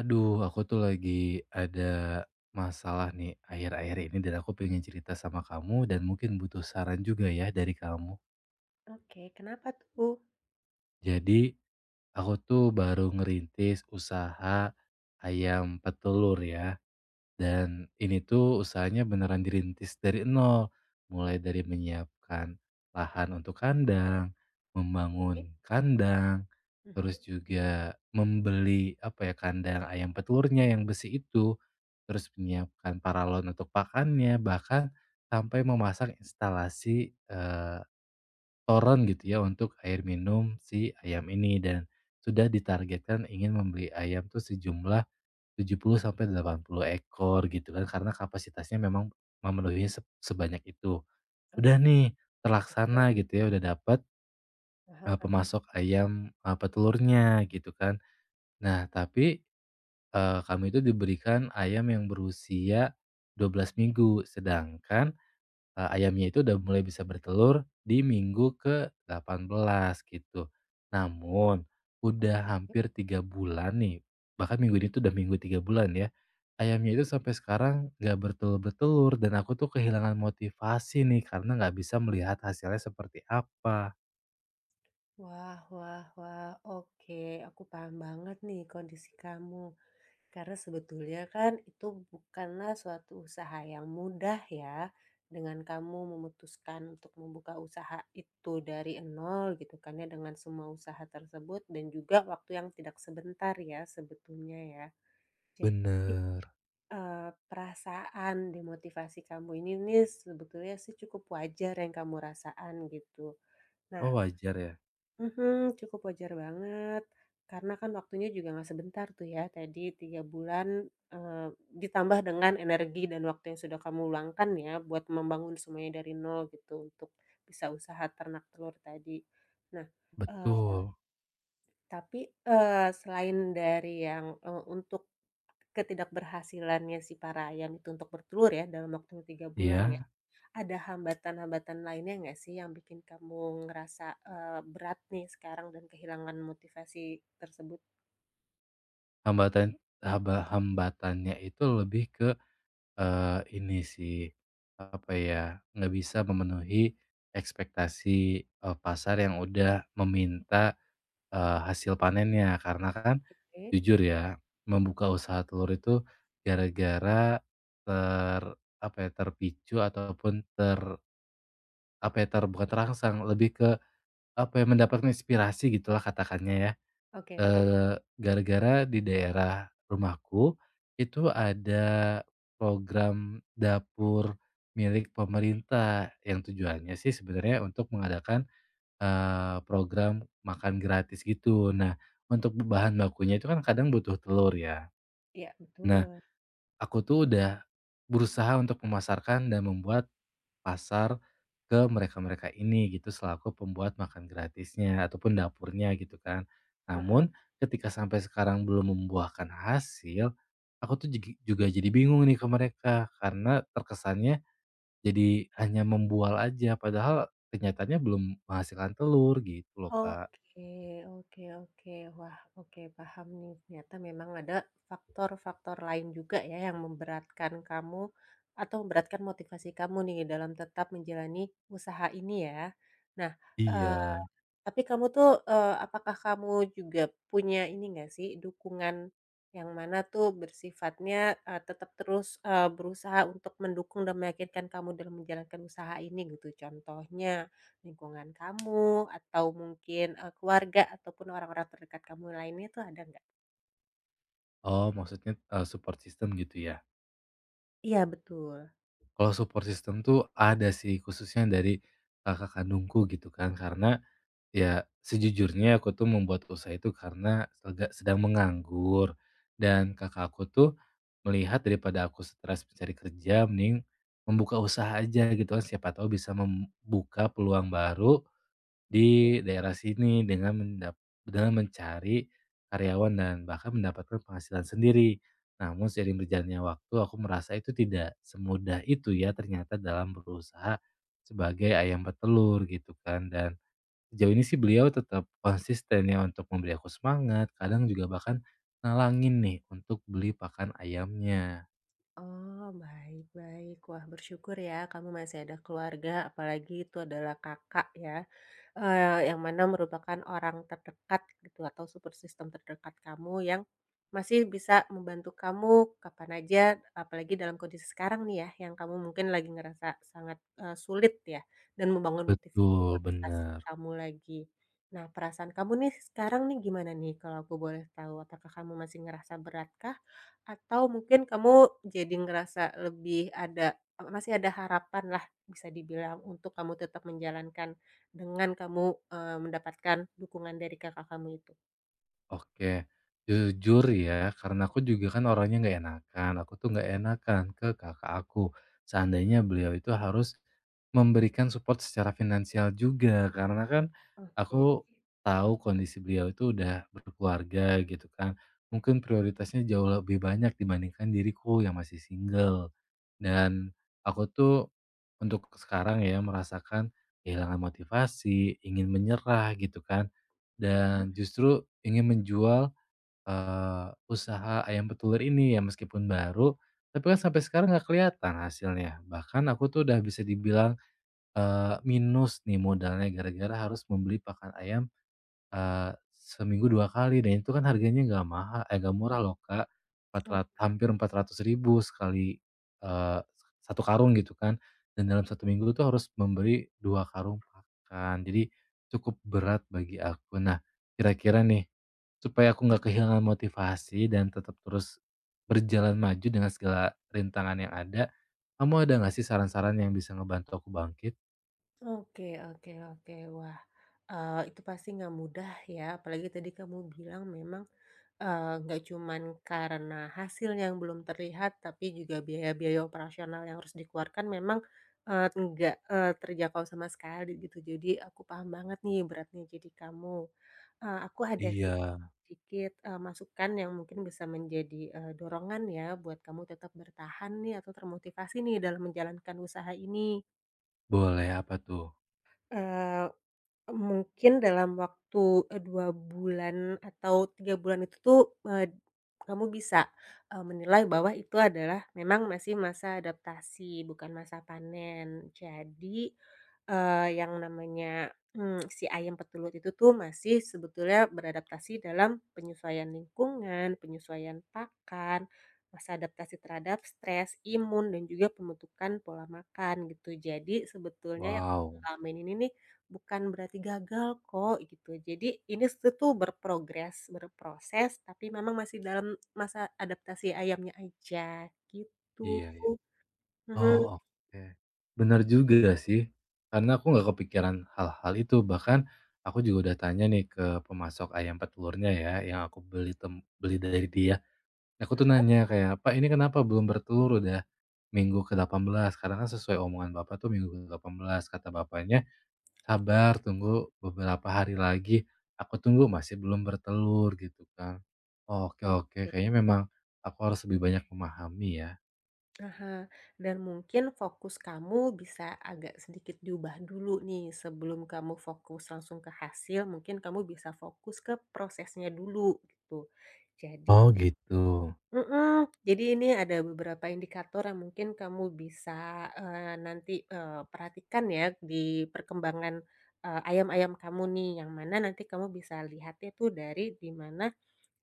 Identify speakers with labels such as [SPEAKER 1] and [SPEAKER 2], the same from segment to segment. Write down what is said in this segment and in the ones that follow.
[SPEAKER 1] Aduh, aku tuh lagi ada masalah nih akhir-akhir ini dan aku pengen cerita sama kamu dan mungkin butuh saran juga ya dari kamu.
[SPEAKER 2] Oke, kenapa tuh?
[SPEAKER 1] Jadi, aku tuh baru ngerintis usaha ayam petelur ya. Dan ini tuh usahanya beneran dirintis dari nol, mulai dari menyiapkan lahan untuk kandang,
[SPEAKER 2] Mhm.
[SPEAKER 1] membangun kandang,
[SPEAKER 2] Mhm.
[SPEAKER 1] terus juga membeli apa ya kandang ayam petelurnya yang besi itu, terus menyiapkan paralon untuk pakannya, bahkan sampai memasang instalasi, toren gitu ya untuk air minum si ayam ini dan sudah ditargetkan ingin membeli ayam tuh sejumlah 70 sampai 80 ekor gitu kan, karena kapasitasnya memang memenuhi sebanyak itu. Udah
[SPEAKER 2] Oke.
[SPEAKER 1] nih, terlaksana gitu ya, udah dapat
[SPEAKER 2] ah
[SPEAKER 1] pemasok ayam, petelurnya gitu kan. Nah tapi, kami itu diberikan ayam yang berusia 12 minggu, sedangkan ayamnya itu udah mulai bisa bertelur di minggu ke-18 gitu. Namun udah hampir 3 bulan nih, bahkan minggu ini tuh udah minggu 3 bulan ya, ayamnya itu sampai sekarang nggak bertelur-bertelur dan aku tuh kehilangan motivasi nih karena nggak bisa melihat hasilnya seperti apa.
[SPEAKER 2] Wah wah wah, oke, aku paham banget nih kondisi kamu. Karena sebetulnya kan itu bukanlah suatu usaha yang mudah ya, dengan kamu memutuskan untuk membuka usaha itu dari nol gitu kan ya, dengan semua usaha tersebut dan juga waktu yang tidak sebentar ya sebetulnya ya. Jadi
[SPEAKER 1] Bener.
[SPEAKER 2] Eee, perasaan demotivasi kamu ini nih sebetulnya sih cukup wajar yang kamu rasakan gitu. Nah,
[SPEAKER 1] Oh, wajar ya?
[SPEAKER 2] mhm, cukup wajar banget, karena kan waktunya juga nggak sebentar tuh ya tadi 3 bulan, eee, ditambah dengan energi dan waktu yang sudah kamu luangkan ya buat membangun semuanya dari nol gitu untuk bisa usaha ternak telur tadi. Nah,
[SPEAKER 1] Betul.
[SPEAKER 2] tapi, selain dari yang, untuk ketidakberhasilannya si para ayam itu untuk bertelur ya dalam waktu 3 bulan ya,
[SPEAKER 1] Iya,
[SPEAKER 2] ada hambatan-hambatan lainnya nggak sih yang bikin kamu ngerasa, berat nih sekarang dan kehilangan motivasi tersebut?
[SPEAKER 1] hambatan hambatannya itu lebih ke ini sih, apa ya, nggak bisa memenuhi ekspektasi, pasar yang udah meminta, hasil panennya. Karena kan
[SPEAKER 2] Oke.
[SPEAKER 1] jujur ya, membuka usaha telur itu gara-gara ter apa ya, terpicu ataupun apa ya, bukan terangsang, lebih ke apa ya, mendapatkan inspirasi gitulah katakannya ya.
[SPEAKER 2] Oke oke.
[SPEAKER 1] Gara-gara di daerah rumahku, itu ada program dapur milik pemerintah, yang tujuannya sih sebenarnya untuk mengadakan, program makan gratis gitu. Nah, untuk bahan bakunya itu kan kadang butuh telur ya.
[SPEAKER 2] Iya
[SPEAKER 1] Nah,
[SPEAKER 2] betul.
[SPEAKER 1] aku tuh udah berusaha untuk memasarkan dan membuat pasar ke mereka-mereka ini gitu selaku pembuat makan gratisnya ataupun dapurnya gitu kan.
[SPEAKER 2] Aha.
[SPEAKER 1] Namun ketika sampai sekarang belum membuahkan hasil, aku tuh juga jadi bingung nih ke mereka karena terkesannya jadi hanya membual aja padahal kenyataannya belum menghasilkan telur gitu loh, Kak.
[SPEAKER 2] Oke oke oke. Wah, oke paham nih. Ternyata memang ada faktor-faktor lain juga ya yang memberatkan kamu atau memberatkan motivasi kamu nih dalam tetap menjalani usaha ini ya. Nah,
[SPEAKER 1] Iya.
[SPEAKER 2] eh, tapi kamu tuh, apakah kamu juga punya ini nggak sih, dukungan yang mana tuh bersifatnya, tetap terus, berusaha untuk mendukung dan meyakinkan kamu dalam menjalankan usaha ini gitu? Contohnya lingkungan kamu atau mungkin, keluarga ataupun orang-orang terdekat kamu lainnya tuh ada nggak?
[SPEAKER 1] Oh, maksudnya support system gitu ya.
[SPEAKER 2] Iya betul.
[SPEAKER 1] Kalau support system tuh ada sih khususnya dari kakak kandungku gitu kan karena ya, sejujurnya aku tuh membuat usaha itu karena sedang menganggur dan kakak aku tuh melihat daripada aku stres mencari kerja mending membuka usaha aja gitu kan, siapa tahu bisa membuka peluang baru
[SPEAKER 2] Oke.
[SPEAKER 1] di daerah sini dengan mendap dengan mencari karyawan dan bahkan mendapatkan penghasilan sendiri. Namun seiring berjalannya waktu aku merasa itu tidak semudah itu ya ternyata dalam berusaha sebagai ayam petelur gitu kan, dan sejauh ini sih beliau tetap konsisten ya untuk memberi aku semangat, kadang juga bahkan nalangin nih untuk beli pakan ayamnya.
[SPEAKER 2] Oh, baik baik. Wah, bersyukur ya kamu masih ada keluarga, apalagi itu adalah kakak ya, yang mana merupakan orang terdekat gitu atau support system terdekat kamu yang masih bisa membantu kamu kapan aja, apalagi dalam kondisi sekarang nih ya, yang kamu mungkin lagi ngerasa sangat, sulit ya dan membangun
[SPEAKER 1] Betul,
[SPEAKER 2] motivasi
[SPEAKER 1] bener.
[SPEAKER 2] kamu lagi. Nah, perasaan kamu nih sekarang nih gimana nih kalau aku boleh tahu? Apakah kamu masih ngerasa beratkah? Atau mungkin kamu jadi ngerasa lebih ada masih ada harapan lah bisa dibilang untuk kamu tetap menjalankan dengan kamu, mendapatkan dukungan dari kakak kamu itu?
[SPEAKER 1] Oke, jujur ya, karena aku juga kan orangnya nggak enakan, aku tuh nggak enakan ke kakak aku. Seandainya beliau itu harus memberikan support secara finansial juga, karena kan
[SPEAKER 2] Oke.
[SPEAKER 1] aku tahu kondisi beliau itu udah berkeluarga gitu kan. Mungkin prioritasnya jauh lebih banyak dibandingkan diriku yang masih single. Dan aku tuh untuk sekarang ya merasakan kehilangan motivasi, ingin menyerah gitu kan dan justru ingin menjual, usaha ayam petelur ini ya meskipun baru, tapi kan sampai sekarang nggak kelihatan hasilnya. Bahkan aku tuh udah bisa dibilang, minus nih modalnya gara-gara harus membeli pakan ayam seminggu 2 kali dan itu kan harganya nggak mahal, eh, nggak murah loh, Kak. Empat ratus hampir 400 ribu sekali, eee, 1 karung gitu kan. Dan dalam satu minggu tuh harus memberi 2 karung pakan. Jadi cukup berat bagi aku. Nah, kira-kira nih, supaya aku nggak kehilangan motivasi dan tetap terus berjalan maju dengan segala rintangan yang ada, kamu ada nggak sih saran-saran yang bisa ngebantu aku bangkit?
[SPEAKER 2] Oke oke oke. Wah, itu pasti nggak mudah ya, apalagi tadi kamu bilang memang, nggak cuman karena hasil yang belum terlihat, tapi juga biaya-biaya operasional yang harus dikeluarkan memang, nggak, terjangkau sama sekali gitu. Jadi aku paham banget nih beratnya jadi kamu. Aku ada sih
[SPEAKER 1] Iya.
[SPEAKER 2] sedikit, masukan yang mungkin bisa menjadi, dorongan ya buat kamu tetap bertahan nih atau termotivasi nih dalam menjalankan usaha ini.
[SPEAKER 1] Boleh, apa tuh?
[SPEAKER 2] Eh, Mungkin dalam waktu, 2 bulan atau 3 bulan itu tuh, eee, kamu bisa, menilai bahwa itu adalah memang masih masa adaptasi, bukan masa panen. Jadi, yang namanya, si ayam petelur itu tuh masih sebetulnya beradaptasi dalam penyesuaian lingkungan, penyesuaian pakan, masa adaptasi terhadap stres, imun, dan juga pembentukan pola makan gitu. Jadi sebetulnya yang kamu
[SPEAKER 1] Wow,
[SPEAKER 2] alamin ini nih bukan berarti gagal kok gitu. Jadi ini tuh tuh berprogres, berproses, tapi memang masih dalam masa adaptasi ayamnya aja gitu.
[SPEAKER 1] iya, iya.
[SPEAKER 2] Mhm,
[SPEAKER 1] Oh, oke. Bener juga sih, karena aku nggak kepikiran hal-hal itu. Bahkan aku juga udah tanya nih ke pemasok ayam petelurnya ya, yang aku beli dari dia. Aku tuh nanya kayak, "Pak, ini kenapa belum bertelur udah minggu ke-18. Karena kan sesuai omongan Bapak tuh minggu ke-18," kata bapaknya,
[SPEAKER 2] oke.
[SPEAKER 1] "Sabar, tunggu beberapa hari lagi." Aku tunggu masih belum bertelur gitu kan. Oke, oke,
[SPEAKER 2] Oke.
[SPEAKER 1] kayaknya memang aku harus lebih banyak memahami ya.
[SPEAKER 2] Ah dan mungkin fokus kamu bisa agak sedikit diubah dulu nih sebelum kamu fokus langsung ke hasil, mungkin kamu bisa fokus ke prosesnya dulu gitu. Jadi,
[SPEAKER 1] Oh gitu,
[SPEAKER 2] mhm, jadi ini ada beberapa indikator yang mungkin kamu bisa, nanti, perhatikan ya di perkembangan, ayam-ayam kamu nih, yang mana nanti kamu bisa lihatnya tuh dari di mana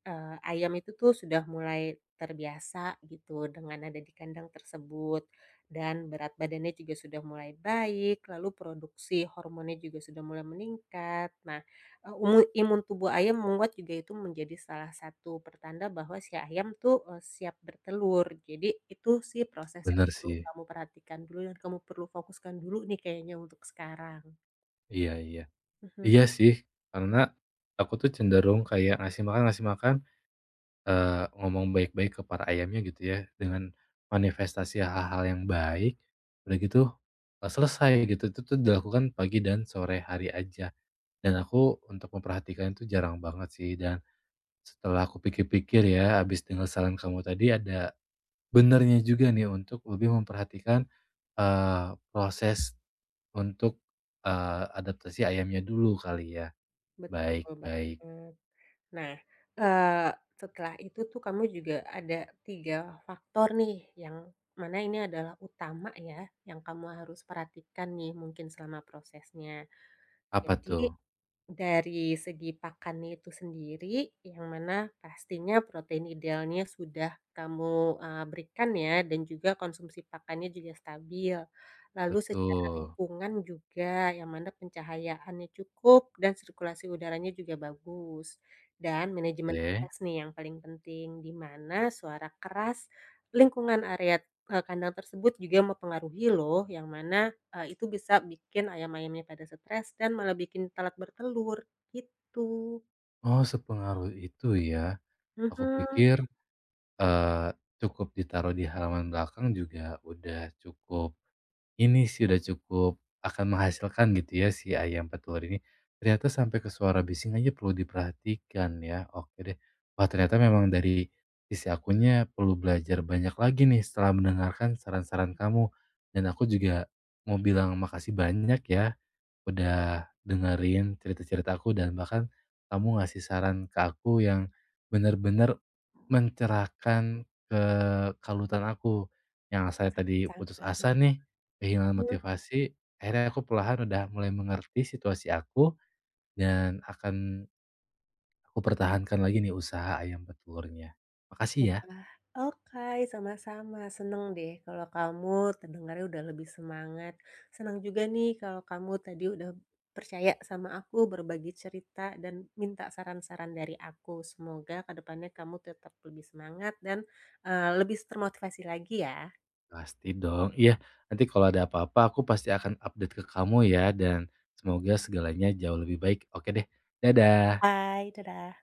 [SPEAKER 2] Ayam itu tuh sudah mulai terbiasa gitu dengan ada di kandang tersebut dan berat badannya juga sudah mulai baik, lalu produksi hormonnya juga sudah mulai meningkat. Nah, eee, umu imun tubuh ayam menguat juga itu menjadi salah satu pertanda bahwa si ayam tuh, siap bertelur. Jadi itu sih proses yang
[SPEAKER 1] bener
[SPEAKER 2] perlu
[SPEAKER 1] sih.
[SPEAKER 2] kamu perhatikan dulu dan kamu perlu fokuskan dulu nih kayaknya untuk sekarang.
[SPEAKER 1] Iya, iya.
[SPEAKER 2] Mhm,
[SPEAKER 1] Iya sih, karena aku tuh cenderung kayak ngasih makan, ngomong baik-baik ke para ayamnya gitu ya, dengan manifestasi hal-hal yang baik, udah gitu, selesai gitu. Itu tuh dilakukan pagi dan sore hari aja. Dan aku untuk memperhatikan itu jarang banget sih, dan setelah aku pikir-pikir ya, habis dengar saran kamu tadi ada benernya juga nih untuk lebih memperhatikan, eee, proses untuk, adaptasi ayamnya dulu kali ya. Baik,
[SPEAKER 2] betul banget.
[SPEAKER 1] baik.
[SPEAKER 2] Nah, eee, setelah itu tuh kamu juga ada 3 faktor nih yang mana ini adalah utama ya, yang kamu harus perhatikan nih mungkin selama prosesnya.
[SPEAKER 1] Apa
[SPEAKER 2] Jadi
[SPEAKER 1] tuh?
[SPEAKER 2] dari segi pakannya itu sendiri, yang mana pastinya protein idealnya sudah kamu, berikan ya dan juga konsumsi pakannya juga stabil. Lalu secara
[SPEAKER 1] Betul.
[SPEAKER 2] lingkungan juga, yang mana pencahayaannya cukup dan sirkulasi udaranya juga bagus. Dan manajemen
[SPEAKER 1] Oke.
[SPEAKER 2] stres nih yang paling penting, di mana suara keras lingkungan area, kandang tersebut juga mempengaruhi loh, yang mana itu bisa bikin ayam-ayamnya pada stres dan malah bikin telat bertelur, gitu.
[SPEAKER 1] Oh, sepengaruh itu ya. Aku
[SPEAKER 2] Mhm.
[SPEAKER 1] pikir, eee, cukup ditaruh di halaman belakang juga udah cukup ini sih, udah cukup akan menghasilkan gitu ya si ayam petelur ini. Ternyata sampai ke suara bising aja perlu diperhatikan ya. Oke deh. Wah, ternyata memang dari sisi akunya perlu belajar banyak lagi nih setelah mendengarkan saran-saran kamu. Dan aku juga mau bilang makasih banyak ya udah dengerin cerita-cerita aku dan bahkan kamu ngasih saran ke aku yang benar-benar mencerahkan kekalutan aku. Yang saya tadi putus
[SPEAKER 2] Sama.
[SPEAKER 1] asa nih, kehilangan
[SPEAKER 2] Mhm.
[SPEAKER 1] motivasi, akhirnya aku perlahan udah mulai mengerti situasi aku dan akan aku pertahankan lagi nih usaha ayam petelurnya. Makasih ya.
[SPEAKER 2] Wah. Oke, sama-sama. Seneng deh kalau kamu terdengarnya udah lebih semangat. Senang juga nih kalau kamu tadi udah percaya sama aku, berbagi cerita dan minta saran-saran dari aku. Semoga ke depannya kamu tetap lebih semangat dan, lebih termotivasi lagi ya.
[SPEAKER 1] Pasti dong. Iya, nanti kalau ada apa-apa aku pasti akan update ke kamu ya dan semoga segalanya jauh lebih baik. Oke deh. Dadah.
[SPEAKER 2] Bye, dadah.